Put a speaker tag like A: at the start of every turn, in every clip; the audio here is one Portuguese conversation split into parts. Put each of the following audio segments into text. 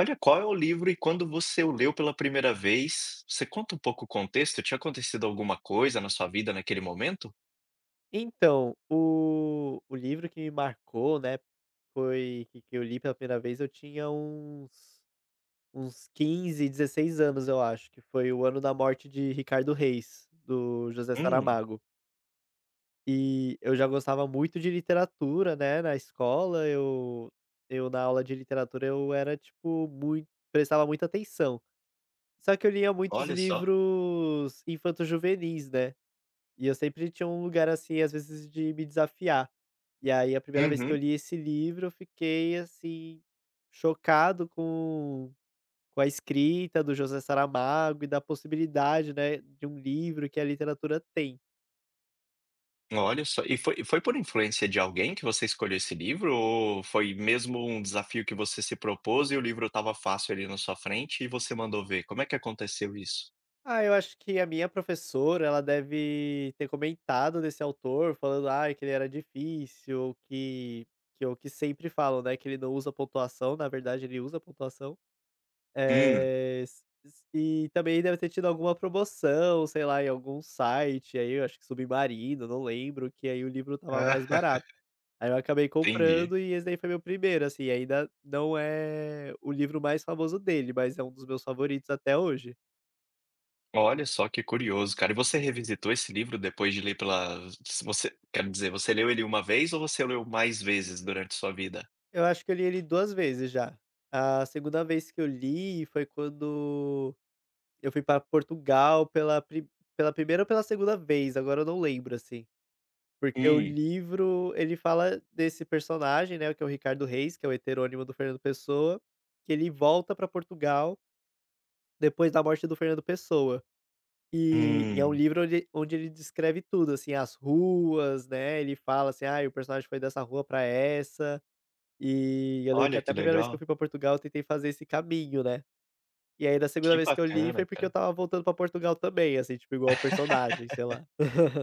A: Olha, qual é o livro e quando você o leu pela primeira vez? Você conta um pouco o contexto? Tinha acontecido alguma coisa na sua vida naquele momento?
B: Então, o livro que me marcou, né, foi que eu li pela primeira vez, eu tinha uns uns 15, 16 anos, eu acho, que foi o ano da morte de Ricardo Reis, do José
A: Hum,
B: Saramago. E eu já gostava muito de literatura, né, na escola, eu na aula de literatura eu era, tipo, muito prestava muita atenção. Só que eu lia muitos
A: olha só.
B: livros infanto-juvenis, né. E eu sempre tinha um lugar, assim, às vezes de me desafiar. E aí a primeira vez que eu
A: Uhum,
B: li esse livro, eu fiquei, assim, chocado com a escrita do José Saramago e da possibilidade, né, de um livro que a literatura tem.
A: olha só. E foi por influência de alguém que você escolheu esse livro ou foi mesmo um desafio que você se propôs e o livro estava fácil ali na sua frente e você mandou ver? Como é que aconteceu isso?
B: Ah, eu acho que a minha professora, ela deve ter comentado desse autor, falando: ah que ele era difícil", ou que é o que sempre falam, né, que ele não usa pontuação, na verdade ele usa pontuação.
A: Hum.
B: Eh, s s E também deve ter tido alguma promoção, sei lá, em algum site, aí eu acho que Submarino, não lembro, que aí o livro estava mais barato. Aí eu acabei
A: Entendi.
B: comprando e esse daí foi meu primeiro, assim, ainda não é o livro mais famoso dele, mas é um dos meus favoritos até hoje.
A: Olha só que curioso, cara. E você revisitou esse livro depois de ler pela se você quero dizer, você leu ele uma vez ou você leu mais vezes durante sua vida?
B: Eu acho que eu li ele 2 vezes já. A segunda vez que eu li foi quando eu fui pra Portugal pela primeira ou pela segunda vez, agora eu não lembro, assim. Porque o
A: Hum.
B: livro, ele fala desse personagem, né, que é o Ricardo Reis, que é o heterônimo do Fernando Pessoa, que ele volta para Portugal depois da morte do Fernando Pessoa. E é um
A: Hum.
B: livro onde ele descreve tudo, assim, as ruas, né, ele fala assim: ah o personagem foi dessa rua pra essa". E eu lembro que
A: Olha
B: até a
A: que
B: primeira vez que eu
A: legal.
B: fui pra Portugal eu tentei fazer esse caminho, né. E aí da segunda
A: Que
B: vez que eu li
A: bacana,
B: foi porque eu
A: cara.
B: estava voltando pra Portugal também, assim, tipo, igual o personagem, sei lá.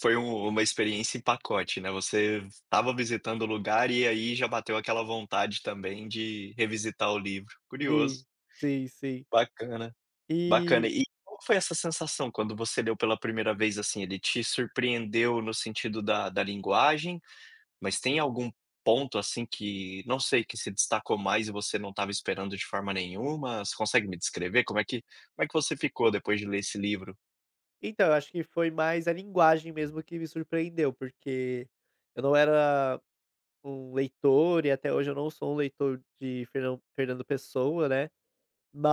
A: Foi um uma experiência em pacote, né. Você estava visitando o lugar e aí já bateu aquela vontade também de revisitar o livro.
B: Sim,
A: Curioso.
B: sim, sim.
A: Bacana, bacana.
B: E
A: E qual foi essa sensação quando você leu pela primeira vez, assim? Ele te surpreendeu no sentido da linguagem? Mas tem algum ponto, assim, que não sei, que se destacou mais e você não estava esperando de forma nenhuma? Você consegue me descrever? Como é que você ficou depois de ler esse livro?
B: então, eu acho que foi mais a linguagem mesmo que me surpreendeu, porque eu não era um leitor e até hoje eu não sou um leitor de Fernando Pessoa, né,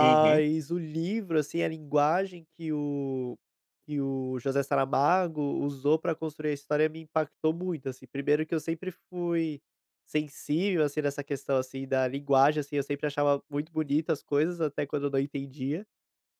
A: Uhum,
B: o livro, assim, a linguagem que o José Saramago usou para construir a história me impactou muito, assim. Primeiro que eu sempre fui sensível, assim, nessa questão, assim, da linguagem, assim, eu sempre achava muito bonito as coisas, até quando eu não entendia.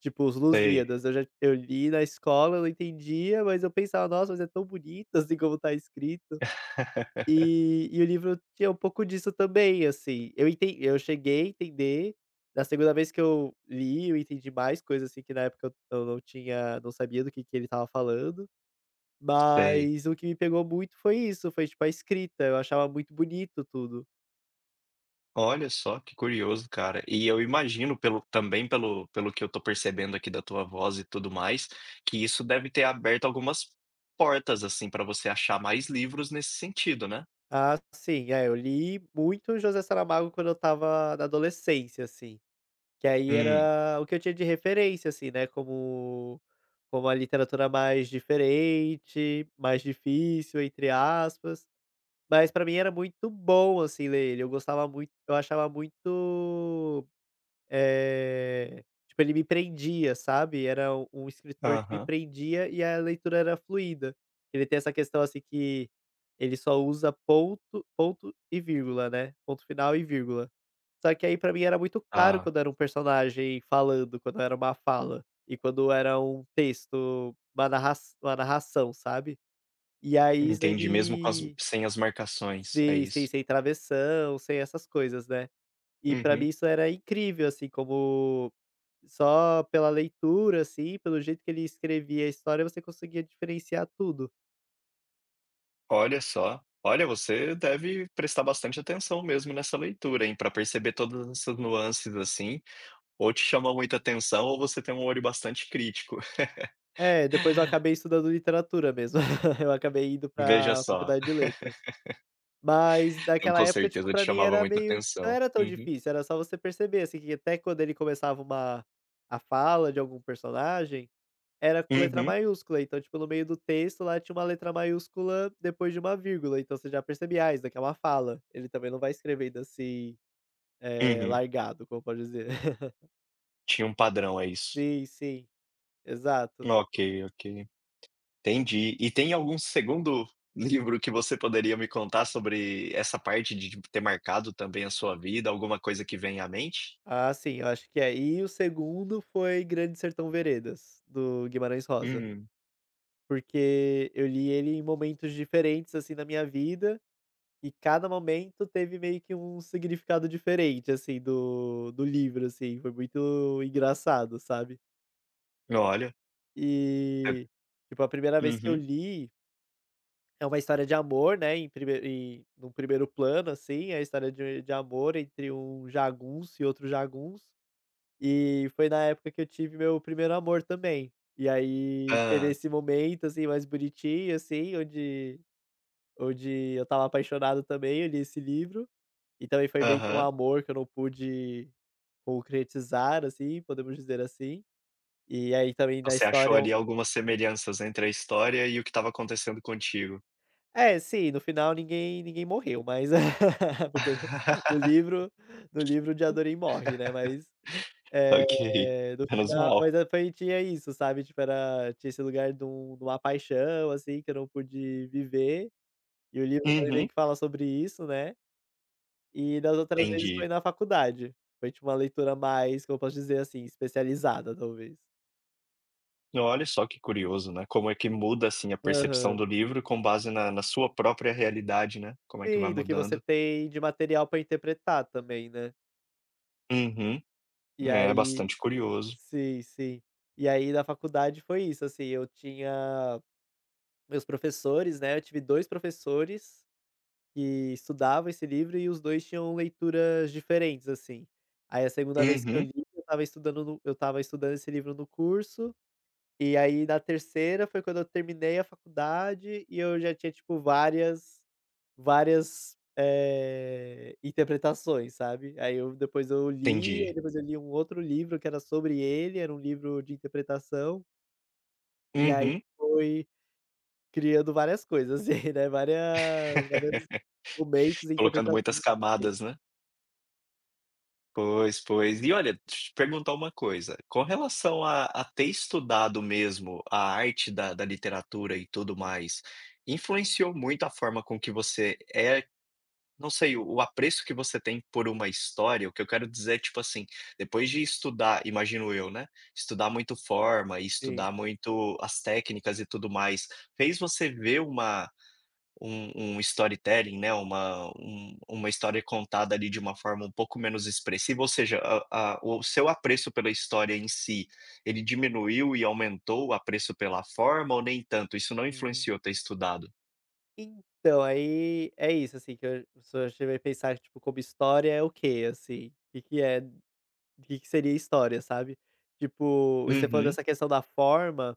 B: Tipo os
A: sei.
B: Lusíadas, eu li na escola, eu não entendia, mas eu pensava: "Nossa, mas é tão bonito, assim, como tá escrito". E o livro tinha um pouco disso também, assim, eu cheguei a entender, na segunda vez que eu li, eu entendi mais coisas, assim, que na época eu não sabia do que ele estava falando,
A: Sei.
B: mas o que me pegou muito foi isso, foi, tipo, a escrita, eu achava muito bonito tudo.
A: Olha só, que curioso, cara. E eu imagino pelo também pelo que eu tô percebendo aqui da tua voz e tudo mais, que isso deve ter aberto algumas portas, assim, pra você achar mais livros nesse sentido, né?
B: Ah, sim, é, eu li muito José Saramago quando eu estava na adolescência, assim. Que aí
A: Hum,
B: era o que eu tinha de referência, assim, né, como a literatura mais diferente, mais difícil, entre aspas, mas pra mim era muito bom, assim, ler ele, eu gostava muito eu achava muito eh, tipo, ele me prendia, sabe, era um escritor que me
A: aham.
B: prendia e a leitura era fluida. Ele tem essa questão, assim, que ele só usa ponto, ponto e vírgula, né, ponto final e vírgula. Só que aí pra mim era muito claro
A: Ah,
B: quando era um personagem falando, quando era uma fala e quando era um texto, uma narração, sabe. E aí isso aí
A: entendi, mesmo com as
B: me
A: sem as marcações, é
B: sim, sim,
A: isso.
B: sem travessão, sem essas coisas, né. E pra
A: Uhum.
B: mim isso era incrível, assim, como só pela leitura, assim, pelo jeito que ele escrevia a história, você conseguia diferenciar tudo.
A: Olha só. Olha, você deve prestar bastante atenção mesmo nessa leitura, hein, para perceber todas essas nuances, assim, ou te chama muita atenção ou você tem um olho bastante crítico.
B: É, depois eu acabei estudando literatura mesmo. Eu acabei indo
A: Veja
B: pra
A: só,
B: faculdade de letras. Mas
A: eu
B: naquela
A: com
B: época, tipo,
A: certeza te
B: pra mim
A: chamava
B: era
A: muita
B: meio não
A: atenção.
B: era tão
A: Uhum.
B: difícil, era só você perceber, assim, que até quando ele começava uma a fala de algum personagem era com letra
A: Uhum,
B: maiúscula, então, tipo, no meio do texto lá tinha uma letra maiúscula depois de uma vírgula, então você já percebia: "Ah, isso daqui é uma fala". Ele também não vai escrevendo assim,
A: uhum.
B: largado, como pode dizer.
A: Tinha um padrão, é isso.
B: Sim, sim, exato.
A: Ok, ok. Entendi. E tem algum segundo livro que você poderia me contar sobre essa parte de ter marcado também a sua vida, alguma coisa que vem à mente?
B: Ah, sim, eu acho que é. E o segundo foi Grande Sertão Veredas, do Guimarães Rosa,
A: Hum,
B: porque eu li ele em momentos diferentes, assim, na minha vida, e cada momento teve meio que um significado diferente, assim, do do livro, assim, foi muito engraçado, sabe.
A: olha, é
B: E, tipo, a primeira vez que eu
A: uhum.
B: li, é uma história de amor, né, em prime em num primeiro plano, assim, é a história de amor entre um jagunço e outro jagunço, e foi na época que eu tive meu primeiro amor também. E aí teve esse momento, assim, mais bonitinho, assim, onde eu estava apaixonado também, eu li esse livro, e também foi meio que um
A: Aham.
B: amor que eu não pude concretizar, assim, podemos dizer assim. E aí também na
A: Você
B: história
A: achou
B: é um,
A: ali algumas semelhanças entre a história e o que estava acontecendo contigo.
B: é, sim, no final ninguém morreu, mas porque no no livro no livro o Jadorim morre, né, mas,
A: Ok,
B: eh, no
A: menos
B: final
A: mal.
B: mas a foi tinha isso, sabe, tipo, era tinha esse lugar de um de uma paixão, assim, que eu não pude viver, e o livro também meio
A: Uhum,
B: que fala sobre isso, né, e das outras vezes foi
A: entendi.
B: na faculdade. Foi, tipo, uma leitura mais, como eu posso dizer, assim, especializada, talvez.
A: Olha só que curioso, né, como é que muda, assim, a percepção
B: Aham.
A: do livro com base na sua própria realidade, né, como é que vai
B: Sim, do que você
A: mudando.
B: tem de material para interpretar também, né.
A: Uhum.
B: E
A: É
B: aí
A: bastante curioso.
B: sim, sim. E aí na faculdade foi isso, assim, eu tinha meus professores, né, eu tive 2 professores que estudavam esse livro e os 2 tinham leituras diferentes, assim. Aí a segunda vez que eu
A: Uhum,
B: li, eu estava estudando esse livro no curso, e aí na terceira foi quando eu terminei a faculdade e eu já tinha, tipo, várias várias, interpretações, sabe. Aí eu depois eu li, aí
A: entendi.
B: depois eu li um outro livro que era sobre ele, era um livro de interpretação, e aí
A: Uhum.
B: foi criando várias coisas assim, né, várias momentos e
A: Colocando
B: interpretações na
A: muitas
B: minha cabeça.
A: camadas, né. Pois, pois. E olha, deixa eu te perguntar uma coisa, com relação a ter estudado mesmo a arte da literatura e tudo mais, influenciou muito a forma com que você é não sei, o apreço que você tem por uma história, o que eu quero dizer é, tipo assim, depois de estudar, imagino eu, né, estudar muito forma e
B: Sim.
A: estudar muito as técnicas e tudo mais, fez você ver uma um storytelling, né, uma um uma história contada ali de uma forma um pouco menos expressiva, ou seja, a o seu apreço pela história em si, ele diminuiu e aumentou o apreço pela forma ou nem tanto? Isso não
B: Uhum.
A: influenciou ter estudado?
B: Então, aí é isso, assim, que eu se eu cheguei a pensar, tipo, como história é o quê, assim? O que que seria história, sabe. Tipo, você falando
A: Uhum,
B: dessa questão da forma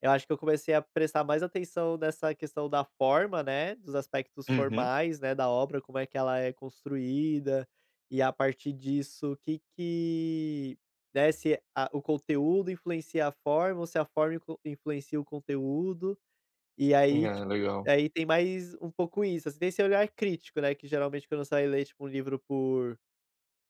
B: eu acho que eu comecei a prestar mais atenção nessa questão da forma, né, dos aspectos
A: uhum.
B: formais, né, da obra, como é que ela é construída, e a partir disso, o que né, se a o conteúdo influencia a forma ou se a forma influencia o conteúdo. E aí,
A: Ah,
B: tipo,
A: legal.
B: aí tem mais um pouco isso, assim, tem esse olhar crítico, né, que geralmente quando você vai ler, tipo, um livro por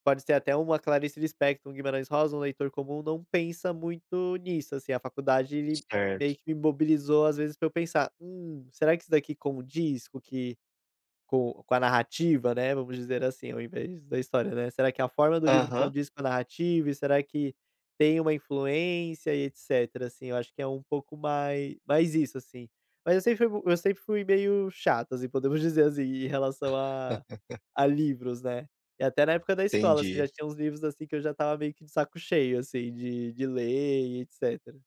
B: pode ser até uma Clarice Lispector, um Guimarães Rosa, um leitor comum não pensa muito nisso, assim, a faculdade ele
A: Certo.
B: meio que me mobilizou às vezes pra eu pensar: será que isso daqui condiz com o que com a narrativa, né", vamos dizer assim, ao invés da história, né. Será que a forma do livro
A: Aham.
B: condiz com a narrativa e será que tem uma influência e etcétera, assim, eu acho que é um pouco mais isso, assim. Mas eu sempre fui meio chato, assim, podemos dizer assim, em relação a livros, né. E até na época da escola, você já
A: Entendi,
B: tinha uns livros, assim, que eu já estava meio que de saco cheio, assim, de ler e etcétera.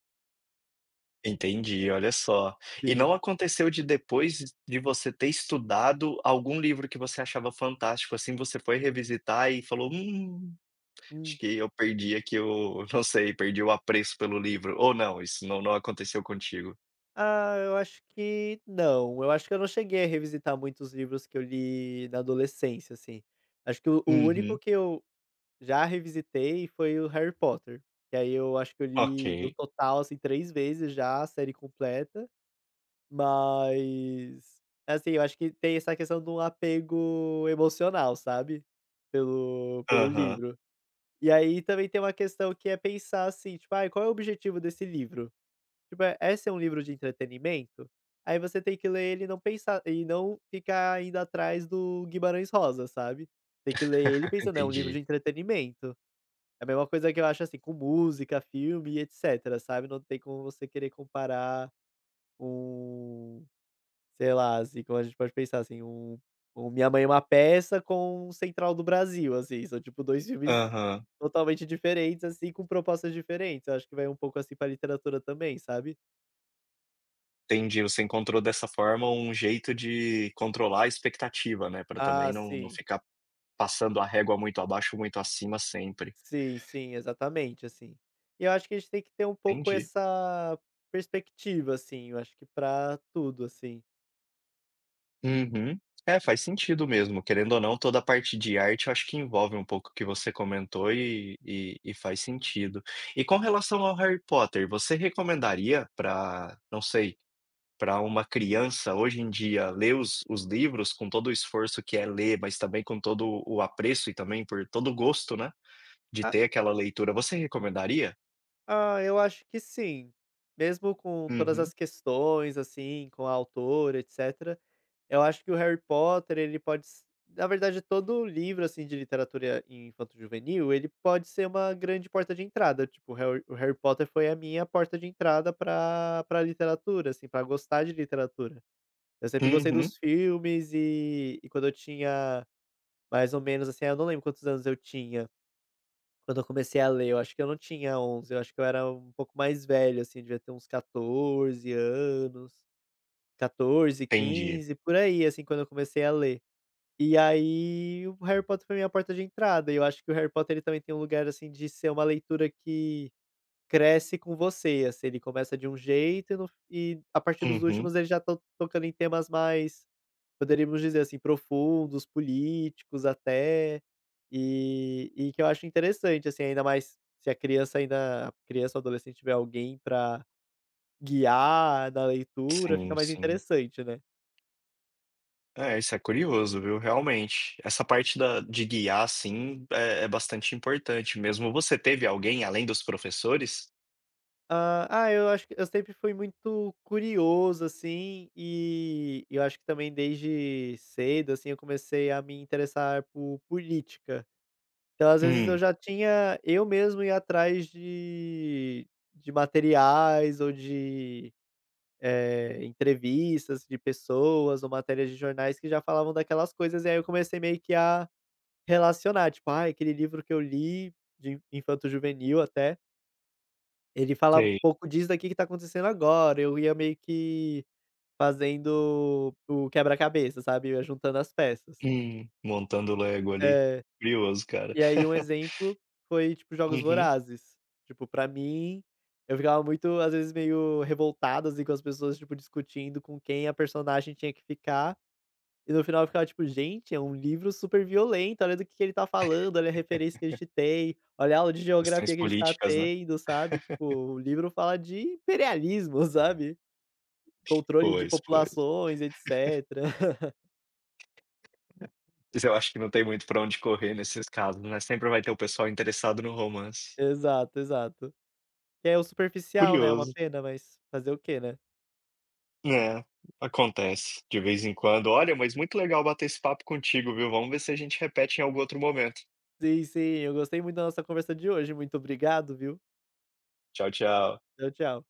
A: entendi, olha só. E
B: Sim.
A: não aconteceu de depois de você ter estudado algum livro que você achava fantástico, assim, você foi revisitar e falou". Acho
B: Hum.
A: que eu perdi aqui o não sei, perdi o apreço pelo livro, ou não, isso não aconteceu contigo?
B: Ah, eu acho que não, eu acho que eu não cheguei a revisitar muitos livros que eu li na adolescência, assim. Acho que o único
A: Uhum,
B: que eu já revisitei foi o Harry Potter, que aí eu acho que eu li no
A: ok.
B: total, assim, 3 vezes já a série completa. Mas, assim, eu acho que tem essa questão de um apego emocional, sabe, pelo
A: Aham,
B: livro. E aí também tem uma questão que é pensar, assim, tipo: "Ai, qual é o objetivo desse livro?". Tipo, é ser um livro de entretenimento? Aí você tem que ler ele e não pensar e não ficar indo atrás do Guimarães Rosa, sabe. Tem que ler ele pensando: "É um livro de
A: entendi.
B: entretenimento". É a mesma coisa que eu acho, assim, com música, filme e etcétera, sabe. Não tem como você querer comparar um sei lá, assim, como a gente pode pensar, assim, um Minha Mãe é uma Peça com um Central do Brasil, assim, são tipo 2 filmes
A: Aham,
B: totalmente diferentes, assim, com propostas diferentes. Eu acho que vai um pouco, assim, pra literatura também, sabe.
A: entendi, você encontrou dessa forma um jeito de controlar a expectativa, né, para
B: Ah,
A: também não
B: sim.
A: ficar passando a régua muito abaixo, muito acima sempre.
B: Sim, sim, exatamente, assim. E eu acho que a gente tem que ter um pouco
A: Entendi.
B: essa perspectiva, assim, eu acho que pra tudo, assim.
A: Uhum. É, faz sentido mesmo. Querendo ou não, toda a parte de arte, eu acho que envolve um pouco o que você comentou e faz sentido. E com relação ao Harry Potter, você recomendaria para, não sei, para uma criança hoje em dia ler os livros com todo o esforço que é ler, mas também com todo o apreço e também por todo o gosto, né, de
B: Ah
A: ter aquela leitura, você recomendaria?
B: ah, eu acho que sim. Mesmo com todas
A: Uhum.
B: as questões, assim, com a autora, etc. Eu acho que o Harry Potter, ele pode s na verdade, todo livro, assim, de literatura infanto-juvenil, ele pode ser uma grande porta de entrada, tipo, o Harry Potter foi a minha porta de entrada pra literatura, assim, pra gostar de literatura. Eu sempre gostei
A: Uhum.
B: dos filmes e quando eu tinha mais ou menos, assim, eu não lembro quantos anos eu tinha quando eu comecei a ler, eu acho que eu não tinha 11. Eu acho que eu era um pouco mais velho, assim, devia ter uns 14 anos, 14,
A: Entendi.
B: quinze, por aí, assim, quando eu comecei a ler. E aí o Harry Potter foi minha porta de entrada, e eu acho que o Harry Potter ele também tem um lugar, assim, de ser uma leitura que cresce com você, assim, ele começa de um jeito e no e a partir dos
A: Uhum.
B: últimos ele já estão tocando em temas mais, poderíamos dizer assim, profundos, políticos até, e que eu acho interessante, assim, ainda mais se a criança ou adolescente tiver alguém pra guiar na leitura, fica
A: Sim,
B: mais
A: sim.
B: interessante, né.
A: É, isso é curioso, viu, realmente. Essa parte da de guiar, assim, é é bastante importante mesmo. Você teve alguém além dos professores?
B: Ah, eu acho que eu sempre fui muito curioso, assim, e eu acho que também desde cedo, assim, eu comecei a me interessar por política. Então, às vezes, eu
A: Hum,
B: já tinha eu mesmo ia atrás de materiais ou de, entrevistas de pessoas ou matérias de jornais que já falavam daquelas coisas, e aí eu comecei meio que a relacionar, tipo: "Ah, aquele livro que eu li de infanto-juvenil até, ele fala um
A: sei.
B: pouco disso daqui que tá acontecendo agora, eu ia meio que fazendo o quebra-cabeça, sabe, eu ia juntando as peças.
A: Montando Lego ali.
B: É.
A: Curioso, cara.
B: E aí um exemplo foi, tipo, Jogos
A: Uhum.
B: Vorazes. Tipo, pra mim, eu ficava muito, às vezes, meio revoltado, assim, com as pessoas, tipo, discutindo com quem a personagem tinha que ficar. E no final eu ficava tipo: "Gente, é um livro super violento, olha do que ele tá falando, olha a referência que a gente tem, olha a aula de
A: Questões
B: geografia que a gente tá
A: políticas, né.
B: tendo", sabe, tipo, o livro fala de imperialismo, sabe, controle de
A: Pois, pois.
B: populações, etcétera.
A: Mas eu acho que não tem muito pra onde correr nesses casos, né, sempre vai ter o pessoal interessado no romance.
B: Exato, exato. Que é o superficial, né, é uma
A: Curioso.
B: pena, mas fazer o quê, né.
A: É, acontece de vez em quando. Olha, mas muito legal bater esse papo contigo, viu. Vamos ver se a gente repete em algum outro momento.
B: Sim, sim, eu gostei muito da nossa conversa de hoje, muito obrigado, viu.
A: Tchau, tchau.
B: Tchau, tchau.